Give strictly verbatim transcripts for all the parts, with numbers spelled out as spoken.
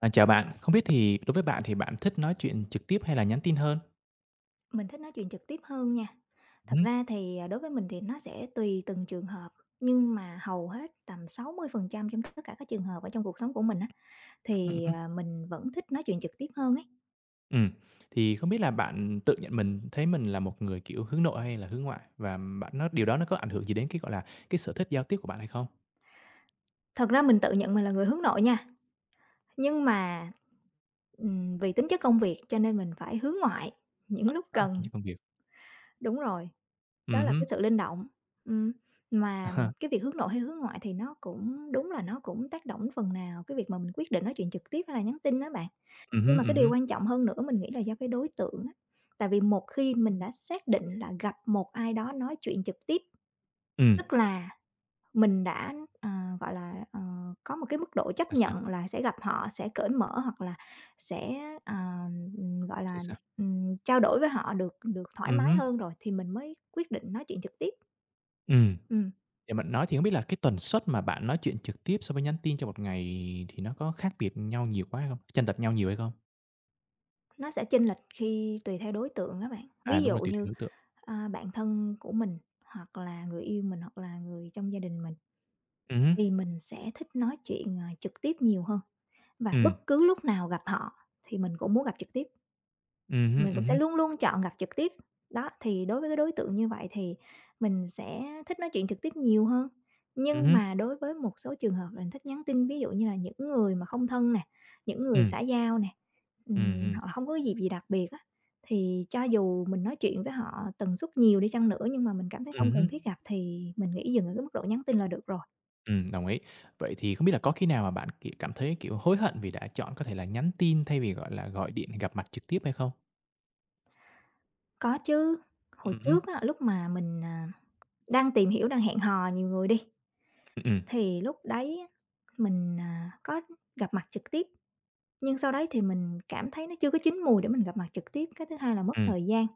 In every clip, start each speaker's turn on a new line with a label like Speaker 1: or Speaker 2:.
Speaker 1: À, chào bạn, không biết thì đối với bạn thì bạn thích nói chuyện trực tiếp hay là nhắn tin hơn?
Speaker 2: Mình thích nói chuyện trực tiếp hơn nha.
Speaker 1: Ừm
Speaker 2: Thật
Speaker 1: hứm.
Speaker 2: ra thì, à, đối với mình thì nó sẽ tùy từng trường hợp, nhưng mà hầu hết tầm sáu mươi phần trăm trong tất cả các trường hợp ở trong cuộc sống của mình á,
Speaker 1: Ừm,
Speaker 2: thì,
Speaker 1: ừm.
Speaker 2: à, mình vẫn thích nói chuyện trực tiếp hơn ấy.
Speaker 1: Ừm, thì không biết là bạn tự nhận mình thấy mình là một người, kiểu, hướng nội hay là hướng ngoại? Và bạn nó điều đó nó có ảnh hưởng gì đến cái, gọi là, cái sở thích giao tiếp của bạn hay không?
Speaker 2: Thật ra mình tự nhận mình là người hướng nội nha, nhưng mà, ừm, vì tính chất công việc cho nên mình phải hướng ngoại những lúc
Speaker 1: A,
Speaker 2: cần.
Speaker 1: trong công việc?
Speaker 2: Đúng rồi, đó
Speaker 1: Ừm
Speaker 2: là
Speaker 1: hứm.
Speaker 2: cái sự linh động. Ừm, mà cái việc hướng nội hay hướng ngoại thì nó cũng đúng là nó cũng tác động phần nào cái việc mà mình quyết định nói chuyện trực tiếp hay là nhắn tin á bạn.
Speaker 1: Ừm
Speaker 2: Nhưng
Speaker 1: hứm,
Speaker 2: mà cái
Speaker 1: ừm
Speaker 2: điều
Speaker 1: hứm.
Speaker 2: quan trọng hơn nữa mình nghĩ là do cái đối tượng á. Tại vì một khi mình đã xác định là gặp một ai đó nói chuyện trực tiếp,
Speaker 1: Ừm.
Speaker 2: tức là mình đã, ờ, gọi là, ờ, có một cái mức độ chấp
Speaker 1: Sao,
Speaker 2: nhận
Speaker 1: sao?
Speaker 2: là sẽ gặp họ, sẽ cởi mở hoặc là sẽ, ờ, ừm, gọi
Speaker 1: Sẽ
Speaker 2: là,
Speaker 1: sao?
Speaker 2: ừm, trao đổi với họ được được thoải
Speaker 1: Ừm
Speaker 2: mái
Speaker 1: hứm.
Speaker 2: hơn rồi thì mình mới quyết định nói chuyện trực tiếp.
Speaker 1: Ừm.
Speaker 2: Ừm,
Speaker 1: Để bạn nói thì không biết là cái tần suất mà bạn nói chuyện trực tiếp so với nhắn tin trong một ngày thì nó có khác biệt nhau nhiều quá hay không? Chênh lệch nhau nhiều hay không?
Speaker 2: nó sẽ chênh lệch khi tùy theo đối tượng các bạn.
Speaker 1: À,
Speaker 2: Ví
Speaker 1: đúng
Speaker 2: dụ
Speaker 1: rồi, tùy theo
Speaker 2: như,
Speaker 1: đối tượng.
Speaker 2: a, bạn thân của mình hoặc là người yêu mình hoặc là người trong gia đình mình.
Speaker 1: Ừm hứm.
Speaker 2: Thì mình sẽ thích nói chuyện, ờ, trực tiếp nhiều hơn và bất
Speaker 1: Ừm.
Speaker 2: cứ lúc nào gặp họ thì mình cũng muốn gặp trực tiếp,
Speaker 1: Ừm hứm,
Speaker 2: mình
Speaker 1: ừm
Speaker 2: cũng sẽ
Speaker 1: hứm,
Speaker 2: luôn luôn chọn gặp trực tiếp. Đó, thì đối với cái đối tượng như vậy thì mình sẽ thích nói chuyện trực tiếp nhiều hơn.
Speaker 1: ừm
Speaker 2: Nhưng
Speaker 1: hứm,
Speaker 2: mà đối với một số trường hợp là mình thích nhắn tin, ví dụ như là những người mà không thân nè, những người
Speaker 1: ừm,
Speaker 2: xã giao nè,
Speaker 1: ừm
Speaker 2: ừm,
Speaker 1: hưm,
Speaker 2: hoặc là không có cái dịp gì đặc biệt á, thì cho dù mình nói chuyện với họ tần suất nhiều đi chăng nữa nhưng mà mình cảm thấy
Speaker 1: ừm
Speaker 2: không
Speaker 1: hứm,
Speaker 2: cần thiết gặp thì mình nghĩ dừng ở cái mức độ nhắn tin là được rồi.
Speaker 1: ừm, đồng ý. Vậy thì không biết là có khi nào mà bạn, kiểu, cảm thấy, kiểu, hối hận vì đã chọn có thể là nhắn tin thay vì, gọi là, gọi điện gặp mặt trực tiếp hay không?
Speaker 2: Có chứ, hồi
Speaker 1: Ừm hứm,
Speaker 2: trước á, lúc mà mình, à, đang tìm hiểu, đang hẹn hò nhiều người đi,
Speaker 1: ừm,
Speaker 2: thì lúc đấy á, mình, à, có gặp mặt trực tiếp, nhưng sau đấy thì mình cảm thấy nó chưa có chín mùi để mình gặp mặt trực tiếp. Cái thứ hai là mất
Speaker 1: ừm,
Speaker 2: thời gian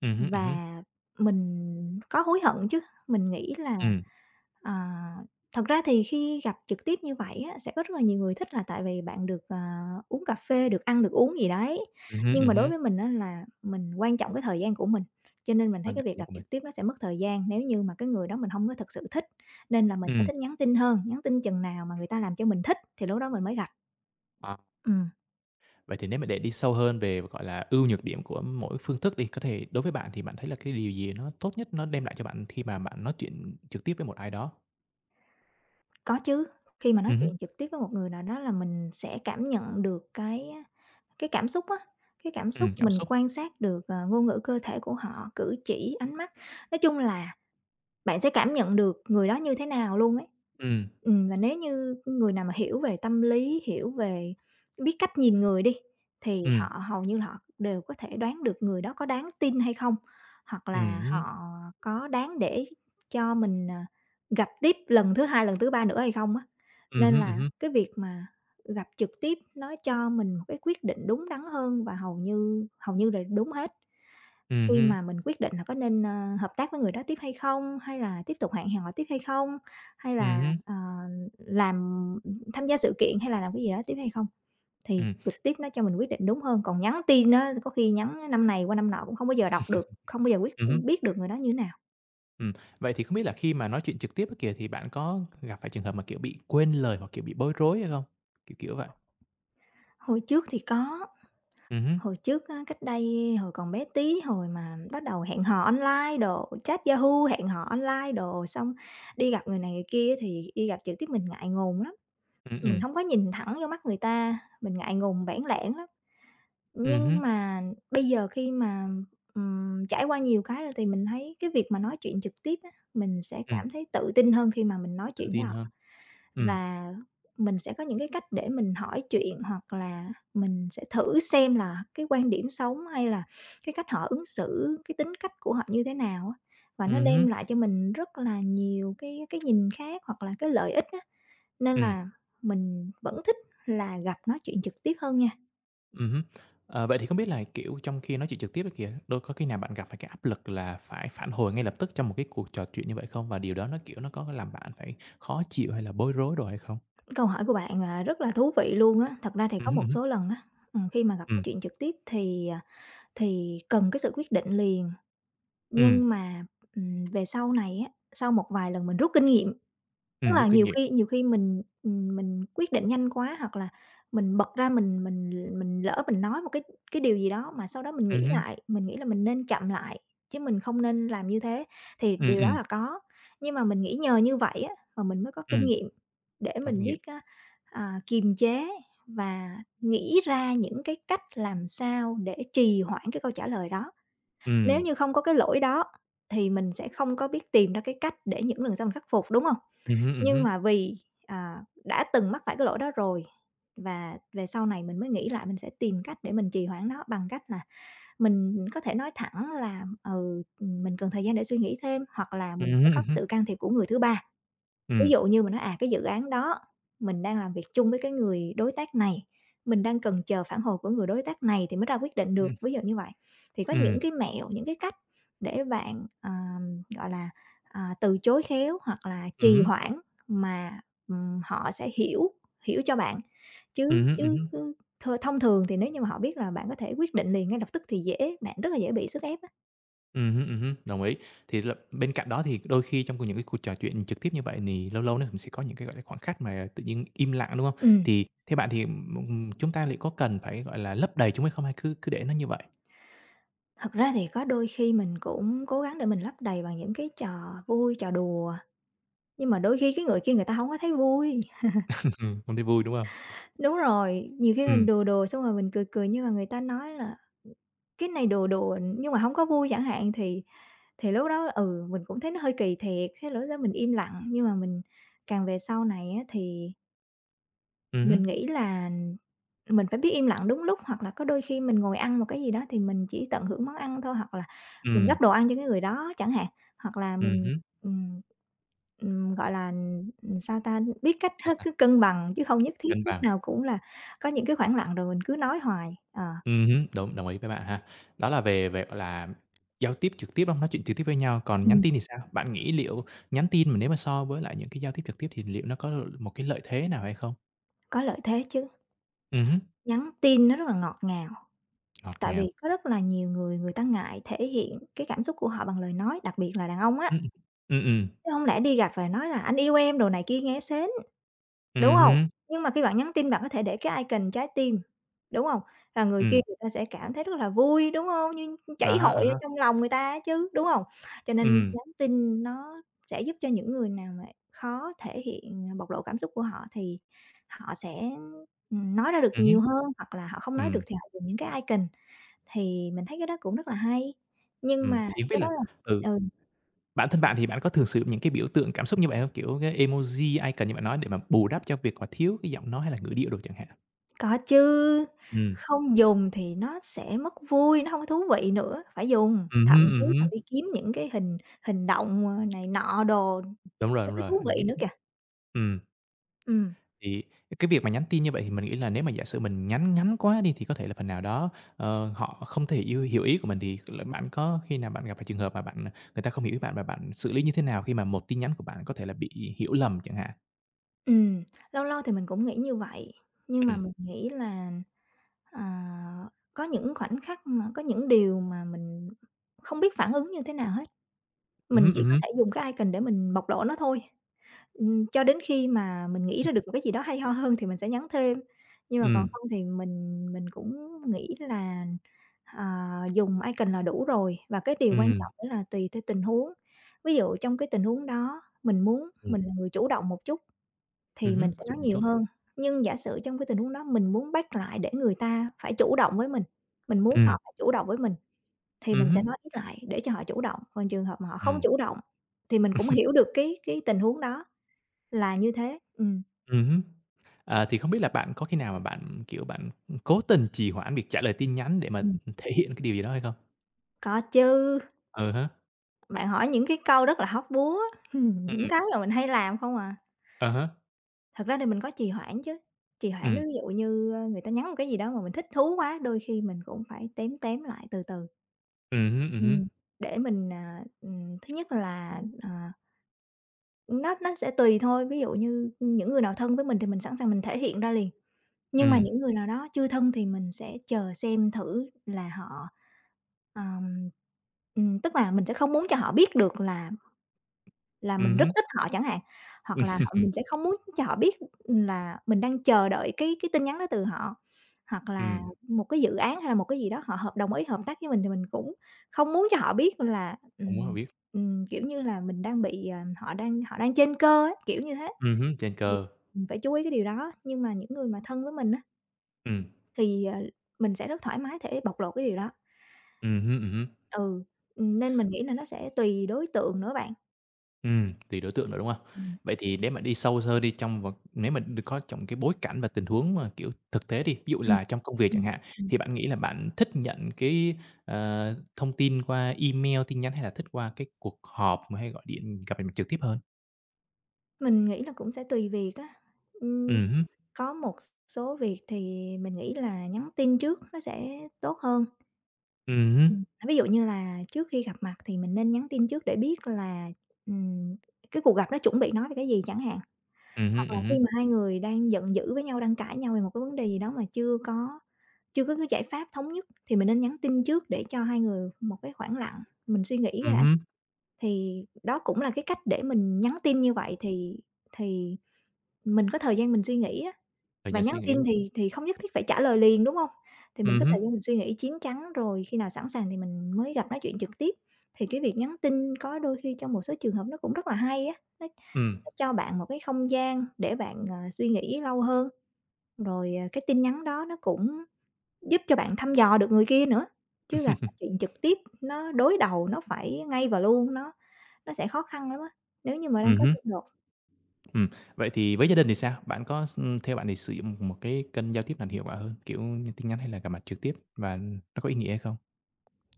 Speaker 1: ừm hứm, ừm hứm,
Speaker 2: và mình có hối hận chứ, mình nghĩ là
Speaker 1: ừm,
Speaker 2: À, thật ra thì khi gặp trực tiếp như vậy á, sẽ có rất là nhiều người thích là tại vì bạn được, à, uống cà phê, được ăn, được uống gì đấy.
Speaker 1: ừm hứm,
Speaker 2: Nhưng
Speaker 1: ừm
Speaker 2: mà đối
Speaker 1: hứm,
Speaker 2: với mình á là mình quan trọng cái thời gian của mình, cho nên mình thấy
Speaker 1: quan
Speaker 2: cái việc
Speaker 1: trọng
Speaker 2: gặp
Speaker 1: của mình.
Speaker 2: trực tiếp nó sẽ mất thời gian nếu như mà cái người đó mình không có thực sự thích, nên là mình sẽ
Speaker 1: Ừm,
Speaker 2: thích nhắn tin hơn, nhắn tin chừng nào mà người ta làm cho mình thích thì lúc đó mình mới gặp.
Speaker 1: à,
Speaker 2: Ừm,
Speaker 1: vậy thì nếu mà để đi sâu hơn về, gọi là, ưu nhược điểm của mỗi phương thức đi, có thể đối với bạn thì bạn thấy là cái điều gì nó tốt nhất nó đem lại cho bạn khi mà bạn nói chuyện trực tiếp với một ai đó?
Speaker 2: có chứ, khi mà nói
Speaker 1: Ừm hứm,
Speaker 2: chuyện trực tiếp với một người nào đó là mình sẽ cảm nhận được cái Cái cảm xúc á, cái cảm xúc
Speaker 1: ừm, cảm
Speaker 2: mình
Speaker 1: xúc,
Speaker 2: quan sát được, ờ, ngôn ngữ cơ thể của họ, cử chỉ, ánh mắt. Nói chung là bạn sẽ cảm nhận được người đó như thế nào luôn ấy.
Speaker 1: ừm,
Speaker 2: Ừm, và nếu như người nào mà hiểu về tâm lý, hiểu về biết cách nhìn người đi, thì
Speaker 1: ừm,
Speaker 2: họ hầu như là họ đều có thể đoán được người đó có đáng tin hay không, hoặc
Speaker 1: ừm
Speaker 2: là
Speaker 1: hứm,
Speaker 2: họ có đáng để cho mình, à, gặp tiếp lần thứ hai, lần thứ ba nữa hay không á.
Speaker 1: ừm
Speaker 2: Nên
Speaker 1: hứm, ừm
Speaker 2: là
Speaker 1: hứm.
Speaker 2: cái việc mà gặp trực tiếp nó cho mình một cái quyết định đúng đắn hơn và hầu như hầu như là đúng hết.
Speaker 1: Ừm
Speaker 2: Khi
Speaker 1: hưm,
Speaker 2: mà mình quyết định là có nên, ơ, hợp tác với người đó tiếp hay không, hay là tiếp tục hẹn hò tiếp hay không, hay
Speaker 1: ừm
Speaker 2: là,
Speaker 1: hứm,
Speaker 2: ờ, làm tham gia sự kiện hay là làm cái gì đó tiếp hay không, thì
Speaker 1: ừm,
Speaker 2: trực tiếp nó cho mình quyết định đúng hơn. Còn nhắn tin á, có khi nhắn năm này qua năm nọ cũng không bao giờ đọc được, không bao giờ quyết
Speaker 1: ừm hứm,
Speaker 2: biết được người đó như thế nào.
Speaker 1: ừm. Vậy thì không biết là khi mà nói chuyện trực tiếp á kìa thì bạn có gặp phải trường hợp mà, kiểu, bị quên lời hoặc, kiểu, bị bối rối hay không? Kiểu, kiểu vậy.
Speaker 2: Hồi trước thì có,
Speaker 1: Ừm hứm,
Speaker 2: hồi trước á, cách đây hồi còn bé tí, hồi mà bắt đầu hẹn hò online đồ, chat Yahoo, hẹn hò online đồ, xong đi gặp người này người kia thì đi gặp trực tiếp mình ngại ngùng lắm.
Speaker 1: ừm,
Speaker 2: Mình
Speaker 1: ừm,
Speaker 2: hông có nhìn thẳng vô mắt người ta, mình ngại ngùng bẽn lẽn lắm.
Speaker 1: ừm hứm,
Speaker 2: Nhưng mà bây giờ khi mà, ừm, trải qua nhiều cái rồi thì mình thấy cái việc mà nói chuyện trực tiếp á, mình sẽ
Speaker 1: ừm,
Speaker 2: cảm thấy tự tin hơn khi mà mình nói
Speaker 1: tự
Speaker 2: chuyện với
Speaker 1: tin
Speaker 2: họ.
Speaker 1: hơn. Ừm,
Speaker 2: Và mình sẽ có những cái cách để mình hỏi chuyện hoặc là mình sẽ thử xem là cái quan điểm sống hay là cái cách họ ứng xử, cái tính cách của họ như thế nào á. Và nó
Speaker 1: ừm hứm,
Speaker 2: đem lại cho mình rất là nhiều cái cái nhìn khác hoặc là cái lợi ích á. Nên
Speaker 1: ừm,
Speaker 2: là mình vẫn thích là gặp nói chuyện trực tiếp hơn nha.
Speaker 1: ừm hứm. Ờ, vậy thì không biết là, kiểu, trong khi nói chuyện trực tiếp á kìa, đôi có khi nào bạn gặp phải cái áp lực là phải phản hồi ngay lập tức trong một cái cuộc trò chuyện như vậy không? Và điều đó nó, kiểu, nó có làm bạn phải khó chịu hay là bối rối đồ hay không?
Speaker 2: Câu hỏi của bạn, à, rất là thú vị luôn á. Thật ra thì
Speaker 1: Ừm
Speaker 2: có
Speaker 1: hứm,
Speaker 2: một
Speaker 1: ừm hứm,
Speaker 2: số lần á, ừm, khi mà gặp nói
Speaker 1: ừm,
Speaker 2: chuyện trực tiếp thì, à, thì cần cái sự quyết định liền,
Speaker 1: ừm,
Speaker 2: nhưng mà, ừm, về sau này á, sau một vài lần mình rút kinh nghiệm. Tức
Speaker 1: ừm,
Speaker 2: là
Speaker 1: rút kinh
Speaker 2: nhiều
Speaker 1: nghiệm.
Speaker 2: khi nhiều khi mình, ừm, mình quyết định nhanh quá hoặc là mình bật ra mình mình mình lỡ mình nói một cái cái điều gì đó mà sau đó mình
Speaker 1: Ừm
Speaker 2: nghĩ
Speaker 1: hứm,
Speaker 2: lại, mình nghĩ là mình nên chậm lại, chứ mình không nên làm như thế, thì
Speaker 1: ừm,
Speaker 2: điều đó
Speaker 1: ừm,
Speaker 2: là có. Nhưng mà mình nghĩ nhờ như vậy á, mà mình mới có kinh
Speaker 1: ừm.
Speaker 2: nghiệm để
Speaker 1: Có kinh
Speaker 2: mình
Speaker 1: nghiệm.
Speaker 2: biết á, à, kiềm chế và nghĩ ra những cái cách làm sao để trì hoãn cái câu trả lời đó. Nếu
Speaker 1: Ừm.
Speaker 2: như không có cái lỗi đó thì mình sẽ không có biết tìm ra cái cách để những lần sau mình khắc phục, đúng không,
Speaker 1: Ừm hứm, ừm
Speaker 2: nhưng
Speaker 1: hứm.
Speaker 2: mà vì, à, đã từng mắc phải cái lỗi đó rồi và về sau này mình mới nghĩ lại mình sẽ tìm cách để mình trì hoãn nó bằng cách là mình có thể nói thẳng là, ừ, mình cần thời gian để suy nghĩ thêm, hoặc là
Speaker 1: Ừm
Speaker 2: mình sẽ
Speaker 1: hứm,
Speaker 2: có
Speaker 1: ừm
Speaker 2: cái
Speaker 1: hứm.
Speaker 2: sự can thiệp của người thứ ba.
Speaker 1: Ừm.
Speaker 2: Ví dụ như mình nói, à, cái dự án đó mình đang làm việc chung với cái người đối tác này, mình đang cần chờ phản hồi của người đối tác này thì mới ra quyết định
Speaker 1: Ừm,
Speaker 2: được, ví dụ như vậy. Thì có những
Speaker 1: ừm,
Speaker 2: cái mẹo, những cái cách để bạn, ờm, gọi là, à, từ chối khéo hoặc là
Speaker 1: ừm
Speaker 2: trì
Speaker 1: hứm,
Speaker 2: hoãn mà, ừm, họ sẽ hiểu hiểu cho bạn.
Speaker 1: ừm
Speaker 2: Chứ
Speaker 1: hứm, ừm
Speaker 2: chứ
Speaker 1: hứm.
Speaker 2: chứ th thông thường thì nếu như mà họ biết là bạn có thể quyết định liền ngay lập tức thì dễ bạn rất là dễ bị sức ép á.
Speaker 1: Ừm hứm, ừm hứm, đồng ý. Thì là bên cạnh đó thì đôi khi trong c những cái cuộc trò chuyện trực tiếp như vậy thì lâu lâu nó cũng sẽ có những cái, gọi là, khoảng khắc mà tự nhiên im lặng, đúng hông?
Speaker 2: Ừm.
Speaker 1: Thì theo bạn thì, ừm, ừm, chúng ta liệu có cần phải, gọi là, lấp đầy chúng hay không hay cứ cứ để nó như vậy?
Speaker 2: Thật ra thì có đôi khi mình cũng cố gắng để mình lấp đầy bằng những cái trò vui, trò đùa, nhưng mà đôi khi cái người kia người ta hổng có thấy vui.
Speaker 1: Không thấy vui, đúng hông?
Speaker 2: Đúng rồi, nhiều khi mình
Speaker 1: Ừm.
Speaker 2: đùa đùa xong rồi mình cười cười nhưng mà người ta nói là "Ừ, cái này đùa đùa nhưng mà hổng có vui" chẳng hạn, thì thì lúc đó, ừ, mình cũng thấy nó hơi kỳ thiệt, thế là lúc đó mình im lặng. Nhưng mà mình càng về sau này á thì
Speaker 1: Ừm hứm.
Speaker 2: mình nghĩ là mình phải biết im lặng đúng lúc, hoặc là có đôi khi mình ngồi ăn một cái gì đó thì mình chỉ tận hưởng món ăn thôi, hoặc là mình
Speaker 1: Ừm.
Speaker 2: gắp đồ ăn cho cái người đó chẳng hạn, hoặc là
Speaker 1: Ừm
Speaker 2: mình,
Speaker 1: hứm.
Speaker 2: ừm, ừm, gọi là, sao ta, biết cách
Speaker 1: Sao,
Speaker 2: hết
Speaker 1: sao?
Speaker 2: cứ cân bằng chứ không nhất thiết
Speaker 1: Cân
Speaker 2: lúc
Speaker 1: bằng.
Speaker 2: nào cũng là có những cái khoảng lặng rồi mình cứ nói hoài. Ờ,
Speaker 1: Ừm Đúng, đồng ý với bạn ha. Đó là về về, gọi là, giao tiếp trực tiếp, đúng hông? Nói chuyện trực tiếp với nhau, còn nhắn
Speaker 2: ừm,
Speaker 1: tin thì sao? Bạn nghĩ liệu nhắn tin mà nếu mà so với lại những cái giao tiếp trực tiếp thì liệu nó có l một cái lợi thế nào hay không?
Speaker 2: có lợi thế chứ,
Speaker 1: Ừm hứm,
Speaker 2: nhắn tin nó rất là ngọt ngào,
Speaker 1: ngọt
Speaker 2: tại
Speaker 1: ngào.
Speaker 2: vì có rất là nhiều người người ta ngại thể hiện cái cảm xúc của họ bằng lời nói, đặc biệt là đàn ông á,
Speaker 1: Ừm, ừm. Ừm, ừm.
Speaker 2: chứ hông lẽ đi gặp và nói là "Anh yêu em" đồ này kia nghe sến. Đúng hông?
Speaker 1: Hứm,
Speaker 2: Nhưng mà khi bạn nhắn tin bạn có thể để cái icon trái tim, đúng hông? Và người kia
Speaker 1: ừm,
Speaker 2: người ta sẽ cảm thấy rất là vui, đúng hông? Như
Speaker 1: à
Speaker 2: chảy
Speaker 1: há, à
Speaker 2: hội ở
Speaker 1: há,
Speaker 2: trong lòng người ta á chứ, đúng hông? Cho nên
Speaker 1: ừm,
Speaker 2: nhắn tin nó sẽ giúp cho những người nào mà khó thể hiện, à, bộc lộ cảm xúc của họ thì họ sẽ, ừm, nói ra được
Speaker 1: ừm hứm,
Speaker 2: nhiều hơn, hoặc là họ không nói được
Speaker 1: ừm,
Speaker 2: thì họ dùng những cái icon, thì mình thấy cái đó cũng rất là hay. Nhưng
Speaker 1: ừm.
Speaker 2: mà
Speaker 1: Thì không biết
Speaker 2: cái đó
Speaker 1: là
Speaker 2: là
Speaker 1: ừ,
Speaker 2: ừ.
Speaker 1: bản thân bạn thì bạn có thường sử dụng những cái biểu tượng cảm xúc như vậy hông? Kiểu cái emoji, icon như bạn nói để mà bù đắp cho việc mà thiếu cái giọng nói hay là ngữ điệu đồ chẳng hạn?
Speaker 2: Có chứ,
Speaker 1: Ừm,
Speaker 2: không dùng thì nó sẽ mất vui, nó hông có thú vị nữa, phải dùng,
Speaker 1: ừm
Speaker 2: thậm
Speaker 1: hứm,
Speaker 2: chí
Speaker 1: ừm
Speaker 2: là
Speaker 1: hứm.
Speaker 2: đi kiếm những cái hình hình động, ờ, này nọ đồ
Speaker 1: Đúng rồi,
Speaker 2: cho
Speaker 1: đúng
Speaker 2: nó
Speaker 1: rồi,
Speaker 2: thú
Speaker 1: mình
Speaker 2: vị
Speaker 1: ghiếp
Speaker 2: nữa kìa.
Speaker 1: ừm.
Speaker 2: Ừm,
Speaker 1: Thì cái việc mà nhắn tin như vậy thì mình nghĩ là nếu mà giả sử mình nhắn ngắn quá đi thì có thể là phần nào đó, ờ, họ không thể yêu hiểu ý của mình thì là bạn có khi nào bạn gặp phải trường hợp mà bạn người ta không hiểu ý bạn và bạn xử lý như thế nào khi mà một tin nhắn của bạn có thể là bị hiểu lầm chẳng hạn?
Speaker 2: ừm, Lâu lâu thì mình cũng nghĩ như vậy, nhưng mà
Speaker 1: Ừm,
Speaker 2: mình nghĩ là, ờ, có những khoảnh khắc mà có những điều mà mình không biết phản ứng như thế nào hết.
Speaker 1: ừm
Speaker 2: Mình
Speaker 1: hứm, ừm
Speaker 2: chỉ có
Speaker 1: hứm,
Speaker 2: thể dùng cái icon để mình bộc lộ nó thôi. Ừm, cho đến khi mà mình nghĩ ra được một cái gì đó hay ho hơn thì mình sẽ nhắn thêm, nhưng mà còn
Speaker 1: ừm,
Speaker 2: không thì mình mình cũng nghĩ là, ờ, dùng icon là đủ rồi. Và cái điều quan
Speaker 1: ừm,
Speaker 2: trọng nữa là tùy theo tình huống. Ví dụ trong cái tình huống đó mình muốn
Speaker 1: ừm,
Speaker 2: mình là người chủ động một chút thì
Speaker 1: ừm
Speaker 2: mình sẽ nói
Speaker 1: một
Speaker 2: nhiều
Speaker 1: chút.
Speaker 2: hơn, nhưng giả sử trong cái tình huống đó mình muốn bắt lại để người ta phải chủ động với mình, mình muốn
Speaker 1: Ừm,
Speaker 2: họ phải chủ động với mình thì
Speaker 1: ừm
Speaker 2: mình sẽ
Speaker 1: hứm,
Speaker 2: nói ít lại để cho họ chủ động, còn trường hợp mà họ không
Speaker 1: ừm.
Speaker 2: chủ động thì mình cũng hiểu được cái cái tình huống đó là như thế. Ừm,
Speaker 1: À, thì không biết là bạn có khi nào mà bạn, kiểu, bạn cố tình trì hoãn việc trả lời tin nhắn để mà
Speaker 2: ừm,
Speaker 1: thể hiện cái điều gì đó hay không?
Speaker 2: có chứ,
Speaker 1: Ừ hả,
Speaker 2: bạn hỏi những cái câu rất là hóc búa, ừm, những
Speaker 1: ừm,
Speaker 2: cái mà mình hay làm không à.
Speaker 1: à há,
Speaker 2: Thật ra thì mình có trì hoãn chứ, trì
Speaker 1: ừ,
Speaker 2: hoãn ví dụ như, ơ, người ta nhắn một cái gì đó mà mình thích thú quá, đôi khi mình cũng phải tém tém lại từ từ,
Speaker 1: ừm hứm.
Speaker 2: ừm, để mình, à, ừm, thứ nhất là, ờ, nó nó sẽ tùy thôi, ví dụ như những người nào thân với mình thì mình sẵn sàng mình thể hiện ra liền. Nhưng mà
Speaker 1: Ừm,
Speaker 2: những người nào đó chưa thân thì mình sẽ chờ xem thử là họ, ờm, ừm, tức là mình sẽ không muốn cho họ biết được là là
Speaker 1: ừm
Speaker 2: mình rất
Speaker 1: hứm.
Speaker 2: thích họ chẳng hạn, hoặc là họ mình sẽ không muốn cho họ biết là mình đang chờ đợi cái cái tin nhắn đó từ họ, hoặc là
Speaker 1: Ừm,
Speaker 2: một cái dự án hay là một cái gì đó họ hợp đồng ý hợp tác với mình thì mình cũng không muốn cho họ biết là,
Speaker 1: không muốn là
Speaker 2: ừm,
Speaker 1: biết.
Speaker 2: ừm, kiểu như là, mình đang bị, ờ, họ đang họ đang trên cơ ấy, kiểu như thế,
Speaker 1: Ừm hứm, trên
Speaker 2: thì
Speaker 1: cơ.
Speaker 2: mình phải chú ý cái điều đó. Nhưng mà những người mà thân với mình á
Speaker 1: Ừm,
Speaker 2: thì, ờ, mình sẽ rất thoải mái thể bộc lộ cái điều đó.
Speaker 1: ừm hứm, ừm hứm.
Speaker 2: Ừ, ừm, nên mình nghĩ là nó sẽ tùy đối tượng nữa bạn.
Speaker 1: Ừm, tùy đối tượng nữa, đúng hông?
Speaker 2: Ừm,
Speaker 1: Vậy thì để mà đi sâu hơn đi trong vào nếu mà đ có trong cái bối cảnh và tình huống mà, kiểu, thực tế đi, ví dụ
Speaker 2: ừm,
Speaker 1: là trong công việc chẳng
Speaker 2: ừm,
Speaker 1: hạn,
Speaker 2: ừm.
Speaker 1: thì bạn nghĩ là bạn thích nhận cái, ờ, thông tin qua email, tin nhắn hay là thích qua cái cuộc họp hay gọi điện gặp mặt trực tiếp hơn?
Speaker 2: Mình nghĩ là cũng sẽ tùy việc á. Ừm,
Speaker 1: Ừm hứm,
Speaker 2: có một số việc thì mình nghĩ là nhắn tin trước nó sẽ tốt hơn.
Speaker 1: ừm hứm,
Speaker 2: Ừm. Ví dụ như là trước khi gặp mặt thì mình nên nhắn tin trước để biết là, ừm, cái cuộc gặp nó chuẩn bị nói về cái gì chẳng hạn.
Speaker 1: ừm
Speaker 2: Hoặc
Speaker 1: hứm,
Speaker 2: là
Speaker 1: ừm
Speaker 2: khi
Speaker 1: hứm,
Speaker 2: mà hai người đang giận dữ với nhau, đang cãi nhau về một cái vấn đề gì đó mà chưa có chưa có cái giải pháp thống nhất thì mình nên nhắn tin trước để cho hai người một cái khoảng lặng, mình suy nghĩ
Speaker 1: ừm
Speaker 2: lại.
Speaker 1: hứm,
Speaker 2: Thì đó cũng là cái cách để mình nhắn tin như vậy thì thì mình có thời gian mình suy nghĩ á,
Speaker 1: thời
Speaker 2: và
Speaker 1: gian
Speaker 2: nhắn
Speaker 1: suy nghĩ,
Speaker 2: tin
Speaker 1: đúng hông?
Speaker 2: thì thì không nhất thiết phải trả lời liền, đúng không? Thì mình
Speaker 1: Ừm
Speaker 2: có
Speaker 1: hứm,
Speaker 2: thời gian mình suy nghĩ chín chắn, rồi khi nào sẵn sàng thì mình mới gặp nói chuyện trực tiếp. Thì cái việc nhắn tin có đôi khi trong một số trường hợp nó cũng rất là hay á.
Speaker 1: ừm.
Speaker 2: Nó cho bạn một cái không gian để bạn, ờ, suy nghĩ lâu hơn, rồi, ờ, cái tin nhắn đó nó cũng giúp cho bạn thăm dò được người kia nữa. Chứ gặp nói chuyện trực tiếp nó đối đầu, nó phải ngay và luôn, nó nó sẽ khó khăn lắm á. Nếu như mà đang
Speaker 1: Ừm
Speaker 2: có
Speaker 1: hứm.
Speaker 2: xung đột
Speaker 1: Ừm, vậy thì với gia đình thì sao? Bạn có s theo bạn thì sử dụng một cái kênh giao tiếp nào hiệu quả hơn, kiểu như tin nhắn hay là gặp mặt trực tiếp và nó có ý nghĩa hay không?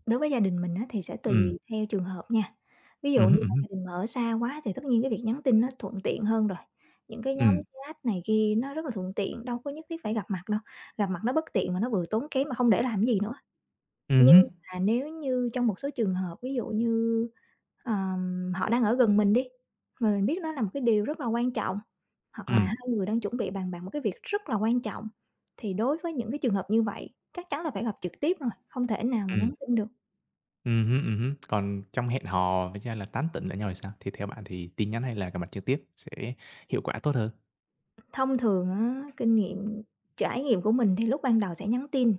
Speaker 2: đối với gia đình mình á thì sẽ
Speaker 1: Ừm,
Speaker 2: tùy theo trường hợp nha. Ví
Speaker 1: ừm
Speaker 2: dụ
Speaker 1: hứm,
Speaker 2: như
Speaker 1: ừm
Speaker 2: là
Speaker 1: hứm,
Speaker 2: gia đình mà ở xa quá thì tất nhiên cái việc nhắn tin nó thuận tiện hơn rồi. Những cái nhóm
Speaker 1: ừm,
Speaker 2: chat này kia nó rất là thuận tiện, đâu có nhất thiết phải gặp mặt đâu, gặp mặt nó bất tiện mà nó vừa tốn kém mà không để làm gì nữa.
Speaker 1: ừm
Speaker 2: Nhưng
Speaker 1: hứm,
Speaker 2: mà nếu như trong một số trường hợp, ví dụ như, ờm, họ đang ở gần mình đi, mà mình biết đó là một cái điều rất là quan trọng, hoặc là
Speaker 1: ừm,
Speaker 2: hai người đang chuẩn bị bàn bạc một cái việc rất là quan trọng, thì đối với những cái trường hợp như vậy chắc chắn là phải gặp trực tiếp rồi, không thể nào mà nhắn
Speaker 1: ừm,
Speaker 2: tin được.
Speaker 1: ừm. Còn trong hẹn hò với cha là tán tỉnh lẫn nhau thì sao? Thì theo bạn thì tin nhắn hay là gặp mặt trực tiếp sẽ hiệu quả tốt hơn?
Speaker 2: Thông thường á, kinh nghiệm, trải nghiệm của mình thì lúc ban đầu sẽ nhắn tin,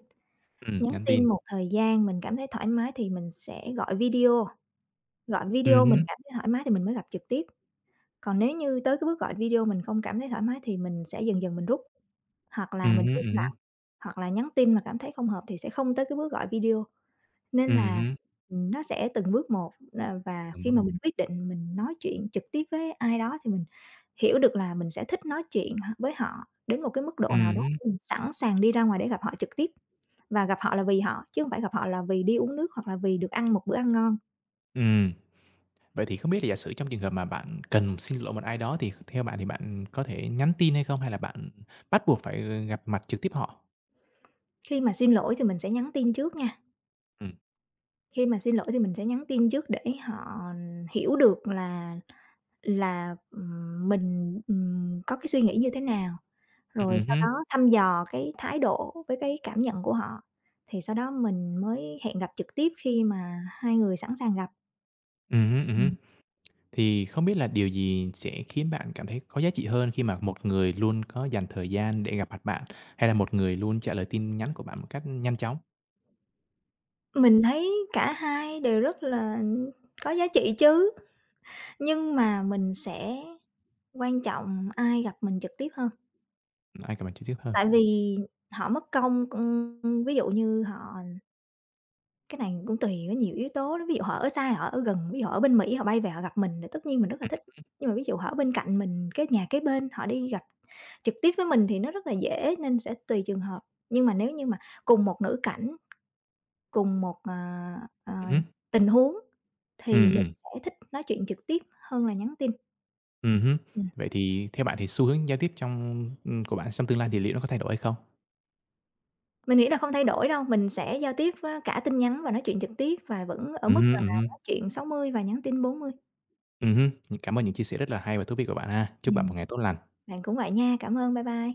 Speaker 1: Ừm,
Speaker 2: nhắn
Speaker 1: nhắn
Speaker 2: tin
Speaker 1: tin.
Speaker 2: một thời gian mình cảm thấy thoải mái thì mình sẽ gọi video, gọi
Speaker 1: Ừm
Speaker 2: video mình
Speaker 1: hứm,
Speaker 2: cảm thấy thoải mái thì mình mới gặp trực tiếp. Còn nếu như tới cái bước gọi video mình không cảm thấy thoải mái thì mình sẽ dần dần mình rút, hoặc là
Speaker 1: ừm
Speaker 2: mình
Speaker 1: hứm,
Speaker 2: sẽ im
Speaker 1: ừm,
Speaker 2: lặng, hoặc là nhắn tin mà cảm thấy không hợp thì sẽ không tới cái bước gọi video. Nên là, ừm, nó sẽ từng bước một, ờ, và
Speaker 1: đúng,
Speaker 2: khi
Speaker 1: đúng
Speaker 2: mà
Speaker 1: rồi.
Speaker 2: mình quyết định mình nói chuyện trực tiếp với ai đó thì mình hiểu được là mình sẽ thích nói chuyện h với họ đến một cái mức độ nào
Speaker 1: Ừm
Speaker 2: đó,
Speaker 1: hứm.
Speaker 2: mình sẵn sàng đi ra ngoài để gặp họ trực tiếp và gặp họ là vì họ, chứ không phải gặp họ là vì đi uống nước hoặc là vì được ăn một bữa ăn ngon.
Speaker 1: Vậy thì không biết là giả sử trong trường hợp mà bạn cần xin lỗi một ai đó thì theo bạn thì bạn có thể nhắn tin hay không? Hay là bạn bắt buộc phải, ờ, gặp mặt trực tiếp họ?
Speaker 2: Khi mà xin lỗi thì mình sẽ nhắn tin trước nha.
Speaker 1: Ừm,
Speaker 2: Khi mà xin lỗi thì mình sẽ nhắn tin trước để họ hiểu được là là, ừm, mình, ừm, có cái suy nghĩ như thế nào, rồi
Speaker 1: ừm
Speaker 2: sau
Speaker 1: hứm,
Speaker 2: đó thăm dò cái thái độ với cái cảm nhận của họ, thì sau đó mình mới hẹn gặp trực tiếp khi mà hai người sẵn sàng gặp.
Speaker 1: ừm hứm, ừm hứm.
Speaker 2: Ừm.
Speaker 1: Thì không biết là điều gì sẽ khiến bạn cảm thấy có giá trị hơn khi mà một người luôn có dành thời gian để gặp mặt bạn, hay là một người luôn trả lời tin nhắn của bạn một cách nhanh chóng?
Speaker 2: Mình thấy cả hai đều rất là có giá trị chứ, nhưng mà mình sẽ quan trọng ai gặp mình trực tiếp hơn,
Speaker 1: Ai gặp mặt trực tiếp hơn?
Speaker 2: tại vì họ mất công, ừm, ví dụ như họ Cái này cũng tùy, có nhiều yếu tố lắm, ví dụ họ ở xa, họ ở gần, ví dụ họ ở bên Mỹ họ bay về họ gặp mình thì tất nhiên mình rất là thích. Nhưng mà ví dụ họ ở bên cạnh mình, cái nhà kế bên, họ đi gặp trực tiếp với mình thì nó rất là dễ nên sẽ tùy trường hợp. Nhưng mà nếu như mà cùng một ngữ cảnh, cùng một, ờ, ờ,
Speaker 1: Ừm hứm,
Speaker 2: tình huống thì
Speaker 1: ừm,
Speaker 2: mình
Speaker 1: ừm,
Speaker 2: sẽ thích nói chuyện trực tiếp hơn là nhắn tin.
Speaker 1: ừm hứm.
Speaker 2: Ừm,
Speaker 1: Vậy thì theo bạn thì xu hướng giao tiếp trong ừm, của bạn trong tương lai thì liệu nó có thay đổi hay không?
Speaker 2: mình nghĩ là không thay đổi đâu, mình sẽ giao tiếp á cả tin nhắn và nói chuyện trực tiếp và vẫn ở
Speaker 1: Ừm
Speaker 2: mức
Speaker 1: hứm,
Speaker 2: là
Speaker 1: ừm hứm.
Speaker 2: nói chuyện sáu mươi và nhắn tin bốn mươi.
Speaker 1: Ừm hứm, cảm ơn những chia sẻ rất là hay và thú vị của bạn ha. Chúc bạn
Speaker 2: Ừm,
Speaker 1: một ngày tốt lành.
Speaker 2: bạn cũng vậy nha, cảm ơn, bye bye.